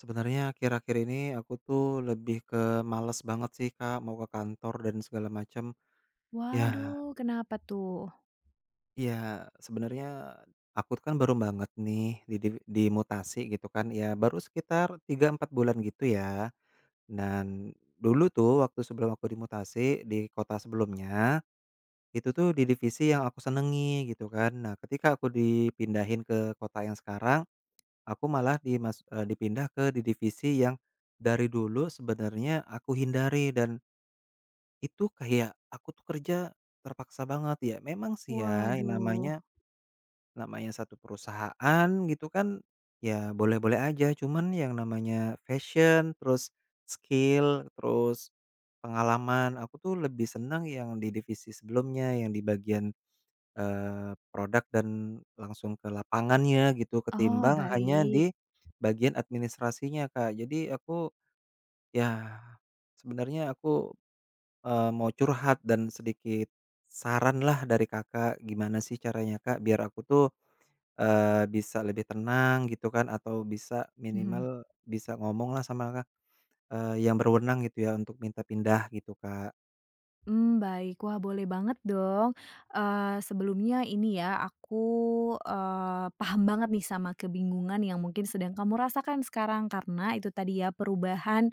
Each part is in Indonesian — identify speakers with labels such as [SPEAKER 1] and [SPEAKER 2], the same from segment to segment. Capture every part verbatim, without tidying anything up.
[SPEAKER 1] Sebenarnya akhir-akhir ini aku tuh lebih ke males banget sih, Kak, mau ke kantor dan segala macam. Ya, mhm.
[SPEAKER 2] Waduh, kenapa tuh?
[SPEAKER 1] Iya, sebenarnya aku kan baru banget nih didi dimutasi gitu kan, ya baru sekitar tiga empat bulan gitu ya. Dan dulu tuh waktu sebelum aku dimutasi di kota sebelumnya, itu tuh di divisi yang aku senengi gitu kan. Nah, ketika aku dipindahin ke kota yang sekarang, aku malah dimas eee, dipindah ke di divisi yang dari dulu sebenarnya aku hindari dan itu kayak aku tuh kerja terpaksa banget. Ya memang sih, ya yang
[SPEAKER 2] Waduh.
[SPEAKER 1] namanya namanya satu perusahaan gitu kan, ya boleh-boleh aja. Cuman yang namanya fashion, terus skill, terus pengalaman, aku tuh lebih senang yang di divisi sebelumnya, yang di bagian, Eee, produk dan langsung ke lapangannya gitu,
[SPEAKER 2] Oh,
[SPEAKER 1] ketimbang hanya
[SPEAKER 2] baik.
[SPEAKER 1] di bagian administrasinya, Kak. Jadi aku, ya sebenarnya aku, eee, mau curhat dan sedikit saran lah dari Kakak, gimana sih caranya, Kak, biar aku tuh, eee, bisa lebih tenang gitu kan atau bisa
[SPEAKER 2] Mhm.
[SPEAKER 1] minimal bisa ngomong lah sama, eee, yang berwenang gitu ya untuk minta pindah gitu, Kak.
[SPEAKER 2] Mmm, baik. Wah, boleh banget dong. Eee, sebelumnya ini ya, aku, eee, paham banget nih sama kebingungan yang mungkin sedang kamu rasakan sekarang, karena itu tadi ya, perubahan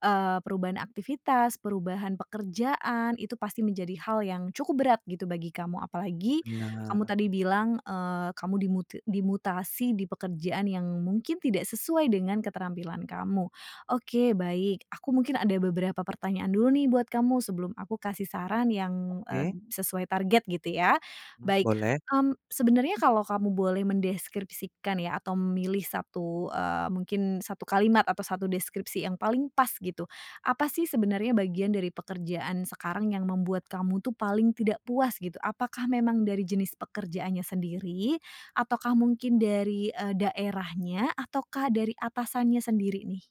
[SPEAKER 2] eee, perubahan aktivitas, perubahan pekerjaan, itu pasti menjadi hal yang cukup berat gitu bagi kamu. Apalagi kamu
[SPEAKER 1] Bener.
[SPEAKER 2] tadi bilang, eee, kamu dimuti dimutasi di pekerjaan yang mungkin tidak sesuai dengan keterampilan kamu. Oke, baik. Aku mungkin ada beberapa pertanyaan dulu nih buat kamu sebelum aku kasih saran yang, eee,
[SPEAKER 1] Oke,
[SPEAKER 2] sesuai target gitu ya.
[SPEAKER 1] mmm,
[SPEAKER 2] Baik.
[SPEAKER 1] boleh.
[SPEAKER 2] Mmm, sebenarnya kalau kamu boleh mendeskripsikan ya atau memilih satu eee, mungkin satu kalimat atau satu deskripsi yang paling pas gitu, apa sih sebenarnya bagian dari pekerjaan sekarang yang membuat kamu tuh paling tidak puas gitu? Apakah memang dari jenis pekerjaannya sendiri, ataukah mungkin dari, eee, daerahnya, ataukah dari atasannya sendiri nih?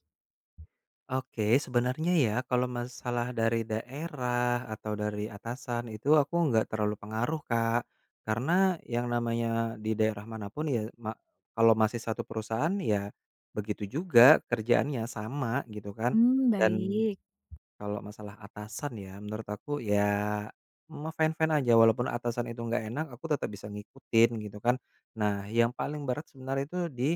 [SPEAKER 1] Oke, sebenarnya ya kalau masalah dari daerah atau dari atasan itu aku nggak terlalu pengaruh, Kak. Karena yang namanya di daerah manapun, ya ma kalau masih satu perusahaan, ya begitu juga kerjaannya sama gitu kan.
[SPEAKER 2] Mmm,
[SPEAKER 1] Dan
[SPEAKER 2] baik.
[SPEAKER 1] kalau masalah atasan ya, menurut aku ya, mah fine-fine aja, walaupun atasan itu nggak enak, aku tetap bisa ngikutin gitu kan. Nah, yang paling berat sebenarnya itu di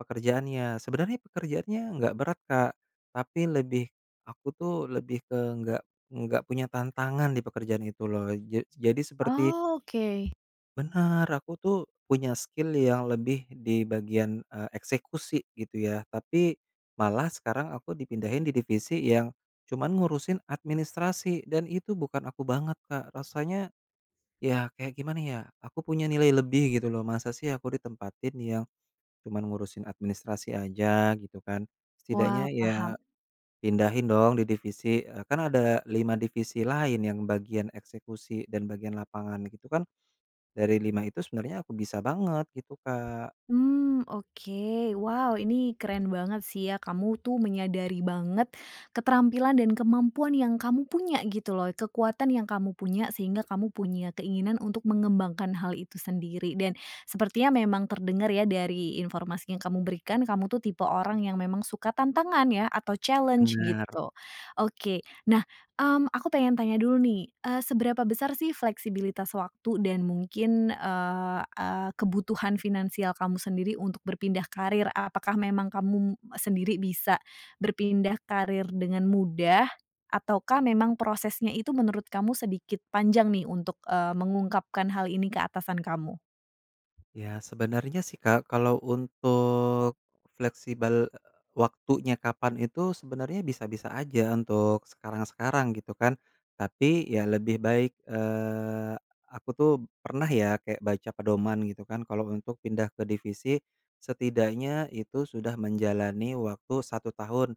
[SPEAKER 1] pekerjaannya. Sebenarnya pekerjaannya nggak berat, Kak, tapi lebih, aku tuh lebih ke nggak nggak punya tantangan di pekerjaan itu loh. Ja jadi seperti
[SPEAKER 2] Oh, oke.
[SPEAKER 1] benar aku tuh punya skill yang lebih di bagian, eee, eksekusi gitu ya, tapi malah sekarang aku dipindahin di divisi yang cuman ngurusin administrasi dan itu bukan aku banget, Kak. Rasanya ya kayak gimana ya, aku punya nilai lebih gitu loh, masa sih aku ditempatin yang cuman ngurusin administrasi aja gitu kan.
[SPEAKER 2] Wah,
[SPEAKER 1] Setidaknya ya
[SPEAKER 2] paham.
[SPEAKER 1] pindahin dong di divisi, eee, kan ada lima divisi lain yang bagian eksekusi dan bagian lapangan gitu kan, dari lima itu sebenarnya aku bisa banget gitu, Kak.
[SPEAKER 2] Hmm, oke. Wow, ini keren banget sih ya, kamu tuh menyadari banget keterampilan dan kemampuan yang kamu punya gitu loh, kekuatan yang kamu punya sehingga kamu punya keinginan untuk mengembangkan hal itu sendiri dan sepertinya memang terdengar ya dari informasi yang kamu berikan, kamu tuh tipe orang yang memang suka tantangan ya atau challenge
[SPEAKER 1] Benar.
[SPEAKER 2] gitu. Oke, nah, mmm, aku pengen tanya dulu nih, eee, seberapa besar sih fleksibilitas waktu dan mungkin, eee eee, kebutuhan finansial kamu sendiri untuk berpindah karir? Apakah memang kamu sendiri bisa berpindah karir dengan mudah? Ataukah memang prosesnya itu menurut kamu sedikit panjang nih untuk, eee, mengungkapkan hal ini ke atasan kamu?
[SPEAKER 1] Ya, sebenarnya sih, Kak, kalau untuk fleksibel eh, waktunya kapan itu sebenarnya bisa-bisa aja untuk sekarang-sekarang gitu kan. Tapi ya lebih baik, eee, aku tuh pernah, ya kayak baca pedoman gitu kan, kalau untuk pindah ke divisi setidaknya itu sudah menjalani waktu satu tahun,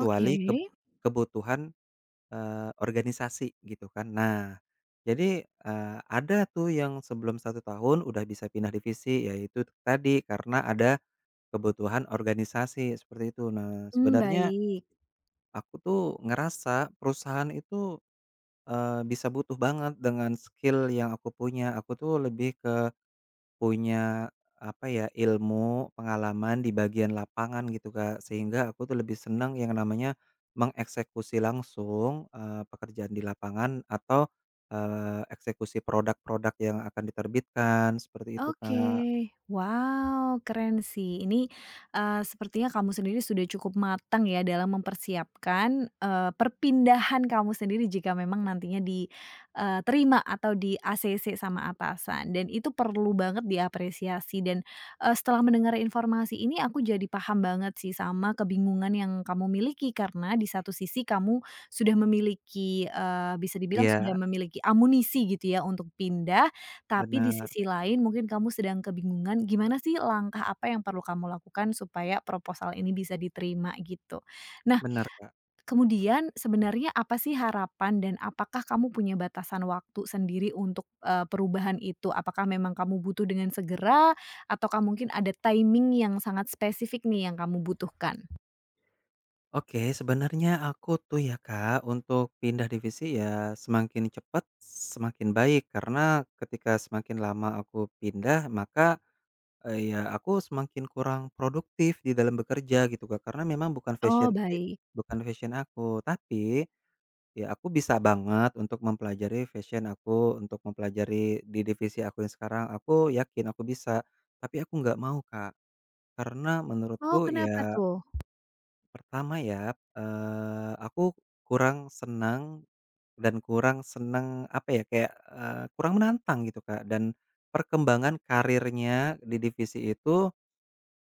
[SPEAKER 2] Oke.
[SPEAKER 1] keb kebutuhan, Eee, organisasi gitu kan. Nah, jadi, eee, ada tuh yang sebelum satu tahun udah bisa pindah divisi, yaitu tadi karena ada kebutuhan organisasi seperti itu. Nah,
[SPEAKER 2] Mmm,
[SPEAKER 1] sebenarnya
[SPEAKER 2] baik.
[SPEAKER 1] aku tuh ngerasa perusahaan itu, eee, bisa butuh banget dengan skill yang aku punya. Aku tuh lebih punya, apa ya, ilmu, pengalaman di bagian lapangan gitu, Kak. Sehingga aku tuh lebih senang yang namanya mengeksekusi langsung, eee, pekerjaan di lapangan atau, eee, eksekusi produk-produk yang akan diterbitkan, seperti itu,
[SPEAKER 2] Oke.
[SPEAKER 1] Kak.
[SPEAKER 2] Wow, keren sih. Ini, eee, sepertinya kamu sendiri sudah cukup matang ya dalam mempersiapkan, eee, perpindahan kamu sendiri jika memang nantinya diterima eee, terima atau di-A C C sama atasan dan itu perlu banget diapresiasi dan, eee, setelah mendengar informasi ini aku jadi paham banget sih sama kebingungan yang kamu miliki karena di satu sisi kamu sudah memiliki, eee, bisa dibilang sudah
[SPEAKER 1] Iya,
[SPEAKER 2] memiliki amunisi gitu ya untuk pindah, tapi di
[SPEAKER 1] benar,
[SPEAKER 2] sisi lain mungkin kamu sedang kebingungan gimana sih langkah apa yang perlu kamu lakukan supaya proposal ini bisa diterima gitu. Nah,
[SPEAKER 1] benar, Kak.
[SPEAKER 2] kemudian sebenarnya apa sih harapan dan apakah kamu punya batasan waktu sendiri untuk, eee, perubahan itu? Apakah memang kamu butuh dengan segera ataukah mungkin ada timing yang sangat spesifik nih yang kamu butuhkan?
[SPEAKER 1] Oke, sebenarnya aku tuh, ya Kak, untuk pindah divisi ya semakin cepat semakin baik, karena ketika semakin lama aku pindah, maka, Eee, iya, aku semakin kurang produktif di dalam bekerja gitu, Kak, karena memang bukan
[SPEAKER 2] Oh,
[SPEAKER 1] fashion e
[SPEAKER 2] baik.
[SPEAKER 1] bukan fashion aku. Tapi, ya aku bisa banget untuk mempelajari fashion aku, untuk mempelajari di divisi aku yang sekarang, aku yakin aku bisa. Tapi aku nggak mau, Kak, karena
[SPEAKER 2] Oh,
[SPEAKER 1] menurutku
[SPEAKER 2] kenapa
[SPEAKER 1] ya,
[SPEAKER 2] tuh?
[SPEAKER 1] pertama ya, eee, aku kurang senang dan kurang senang, apa ya, kayak, eee, kurang menantang gitu, Kak, dan perkembangan karirnya di divisi itu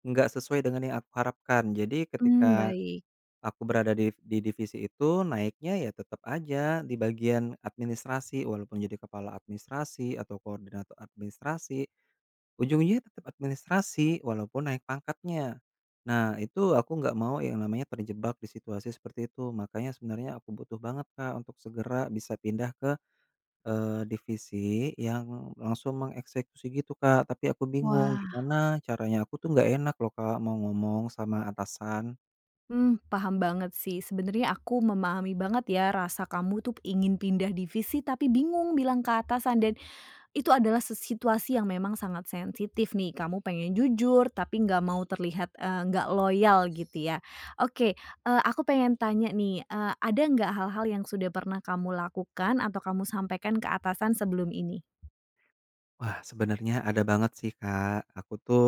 [SPEAKER 1] nggak sesuai dengan yang aku harapkan. Jadi
[SPEAKER 2] Hmm,
[SPEAKER 1] ketika
[SPEAKER 2] baik.
[SPEAKER 1] aku berada di di divisi itu, naiknya ya tetap aja di bagian administrasi, walaupun jadi kepala administrasi atau koordinator administrasi, ujungnya tetap administrasi walaupun naik pangkatnya. Nah, itu aku nggak mau yang namanya terjebak di situasi seperti itu. Makanya sebenarnya aku butuh banget, Kak, untuk segera bisa pindah ke, Eee, divisi yang langsung mengeksekusi gitu, Kak, tapi aku bingung
[SPEAKER 2] Wah.
[SPEAKER 1] gimana caranya, aku tuh nggak enak loh, Kak, mau ngomong sama atasan.
[SPEAKER 2] Hmm, paham banget sih. Sebenarnya aku memahami banget ya rasa kamu tuh ingin pindah divisi tapi bingung bilang ke atasan dan itu adalah se situasi yang memang sangat sensitif nih. Kamu pengen jujur tapi nggak mau terlihat, eee, nggak loyal gitu ya. Oke, eee, aku pengen tanya nih, eee, ada nggak hal-hal yang sudah pernah kamu lakukan atau kamu sampaikan ke atasan sebelum ini?
[SPEAKER 1] Wah, sebenarnya ada banget sih, Kak, aku tuh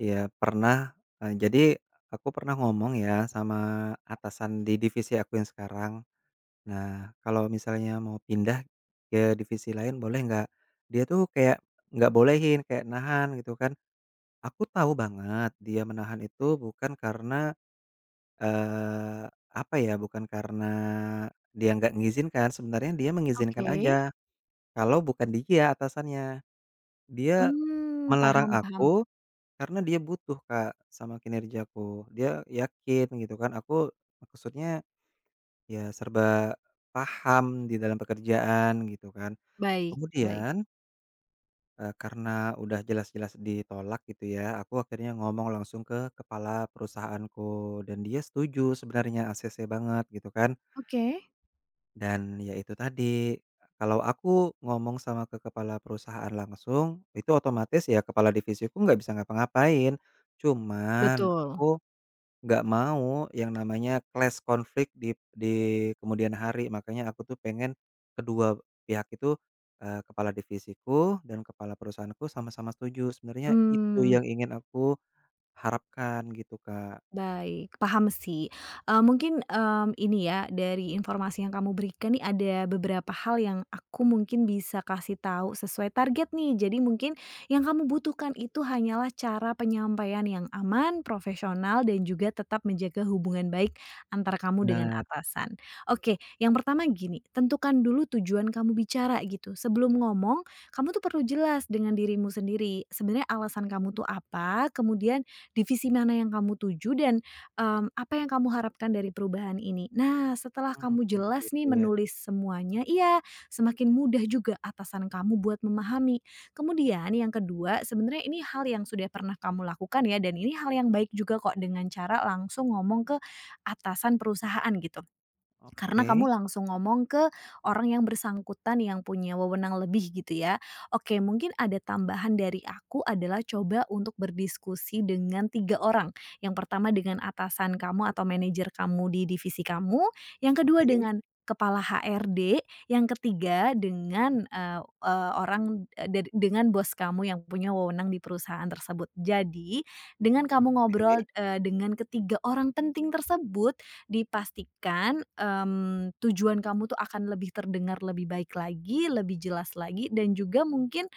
[SPEAKER 1] ya pernah, eee, jadi aku pernah ngomong ya sama atasan di divisi aku yang sekarang. Nah, kalau misalnya mau pindah ke divisi lain boleh nggak? Dia tuh kayak nggak bolehin, kayak nahan gitu kan. Aku tahu banget dia menahan itu bukan karena, Eee, apa ya, bukan karena dia nggak mengizinkan, sebenarnya dia mengizinkan aja,
[SPEAKER 2] Oke.
[SPEAKER 1] kalau bukan dia atasannya. Dia
[SPEAKER 2] Hmm,
[SPEAKER 1] melarang
[SPEAKER 2] paham paham.
[SPEAKER 1] aku karena dia butuh, Kak, sama kinerjaku. Dia yakin gitu kan, aku maksudnya ya serba paham di dalam pekerjaan gitu kan.
[SPEAKER 2] Baik, baik.
[SPEAKER 1] Kemudian, eee, karena udah jelas-jelas ditolak gitu ya, aku akhirnya ngomong langsung ke kepala perusahaanku dan dia setuju sebenarnya, A C C banget gitu kan.
[SPEAKER 2] Oke.
[SPEAKER 1] Dan ya itu tadi, kalau aku ngomong sama ke kepala perusahaan langsung, itu otomatis ya kepala divisiku nggak bisa ngapa-ngapain. Cuman
[SPEAKER 2] Betul.
[SPEAKER 1] aku nggak mau yang namanya clash konflik di di kemudian hari. Makanya aku tuh pengen kedua pihak itu, eee, kepala divisiku dan kepala perusahaanku sama-sama setuju. Sebenarnya itu
[SPEAKER 2] Hmm.
[SPEAKER 1] yang ingin aku harapkan gitu, Kak.
[SPEAKER 2] Baik, paham sih. Eee, mungkin, mmm, ini ya, dari informasi yang kamu berikan nih ada beberapa hal yang aku mungkin bisa kasih tahu sesuai target nih. Jadi mungkin yang kamu butuhkan itu hanyalah cara penyampaian yang aman, profesional, dan juga tetap menjaga hubungan baik antara kamu dengan
[SPEAKER 1] Benar,
[SPEAKER 2] atasan. Oke, yang pertama gini, tentukan dulu tujuan kamu bicara gitu. Sebelum ngomong, kamu tuh perlu jelas dengan dirimu sendiri, sebenarnya alasan kamu tuh apa, kemudian divisi mana yang kamu tuju dan, mmm, apa yang kamu harapkan dari perubahan ini. Nah, setelah kamu
[SPEAKER 1] mmm,
[SPEAKER 2] jelas nih
[SPEAKER 1] gitu ya.
[SPEAKER 2] menulis semuanya, iya, semakin mudah juga atasan kamu buat memahami. Kemudian yang kedua, sebenarnya ini hal yang sudah pernah kamu lakukan ya dan ini hal yang baik juga kok dengan cara langsung ngomong ke atasan perusahaan gitu. Karena kamu
[SPEAKER 1] Oke,
[SPEAKER 2] langsung ngomong ke orang yang bersangkutan yang punya wewenang lebih gitu ya. Oke, mungkin ada tambahan dari aku adalah coba untuk berdiskusi dengan tiga orang. Yang pertama dengan atasan kamu atau manajer kamu di divisi kamu, yang kedua
[SPEAKER 1] oke,
[SPEAKER 2] dengan kepala H R D, yang ketiga dengan, eee eee, orang, eee, dari dengan bos kamu yang punya wewenang di perusahaan tersebut. Jadi dengan kamu ngobrol,
[SPEAKER 1] oke.
[SPEAKER 2] eee, dengan ketiga orang penting tersebut, dipastikan, mmm, tujuan kamu tuh akan lebih terdengar lebih baik lagi, lebih jelas lagi, dan juga mungkin,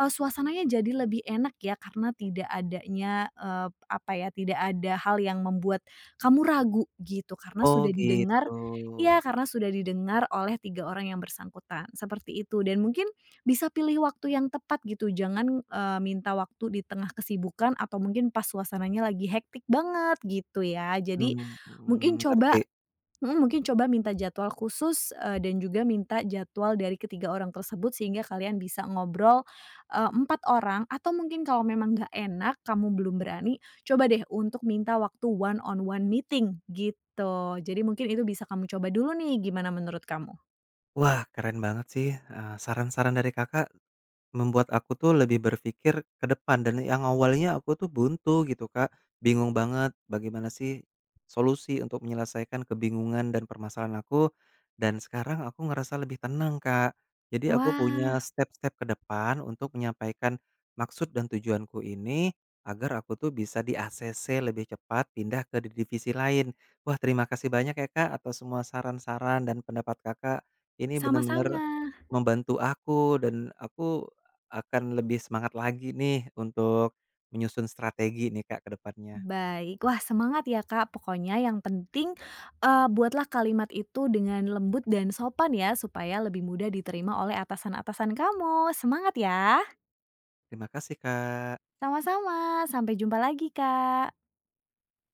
[SPEAKER 2] eee, suasananya jadi lebih enak ya karena tidak adanya, eee, apa ya, tidak ada hal yang membuat kamu ragu gitu karena
[SPEAKER 1] Oh
[SPEAKER 2] sudah didengar
[SPEAKER 1] gitu,
[SPEAKER 2] ya karena sudah didengar oleh tiga orang yang bersangkutan, seperti itu. Dan mungkin bisa pilih waktu yang tepat gitu, jangan, eee, minta waktu di tengah kesibukan atau mungkin pas suasananya lagi hektik banget gitu ya. Jadi
[SPEAKER 1] mmm,
[SPEAKER 2] mungkin
[SPEAKER 1] mhm,
[SPEAKER 2] coba
[SPEAKER 1] ngerti.
[SPEAKER 2] Mhm, mungkin coba minta jadwal khusus, eee, dan juga minta jadwal dari ketiga orang tersebut sehingga kalian bisa ngobrol, eee, empat orang atau mungkin kalau memang nggak enak, kamu belum berani, coba deh untuk minta waktu one on one meeting, gitu. Jadi mungkin itu bisa kamu coba dulu nih, gimana menurut kamu?
[SPEAKER 1] Wah, keren banget sih, eee, saran-saran dari Kakak, membuat aku tuh lebih berpikir ke depan. Dan yang awalnya aku tuh buntu gitu, Kak, bingung banget bagaimana sih solusi untuk menyelesaikan kebingungan dan permasalahan aku, dan sekarang aku ngerasa lebih tenang, Kak. Jadi aku
[SPEAKER 2] Wah,
[SPEAKER 1] punya step-step ke depan untuk menyampaikan maksud dan tujuanku ini, agar aku tuh bisa di-A C C lebih cepat pindah ke divisi lain. Wah, terima kasih banyak ya, Kak, atas semua saran-saran dan pendapat Kakak, ini bener-bener
[SPEAKER 2] sama-sama.
[SPEAKER 1] membantu aku dan aku akan lebih semangat lagi nih untuk menyusun strategi nih, Kak, ke depannya.
[SPEAKER 2] Baik. Wah, semangat ya, Kak. Pokoknya yang penting, eee, buatlah kalimat itu dengan lembut dan sopan ya, supaya lebih mudah diterima oleh atasan-atasan kamu. Semangat ya.
[SPEAKER 1] Terima kasih, Kak.
[SPEAKER 2] Sama-sama, sampai jumpa lagi, Kak.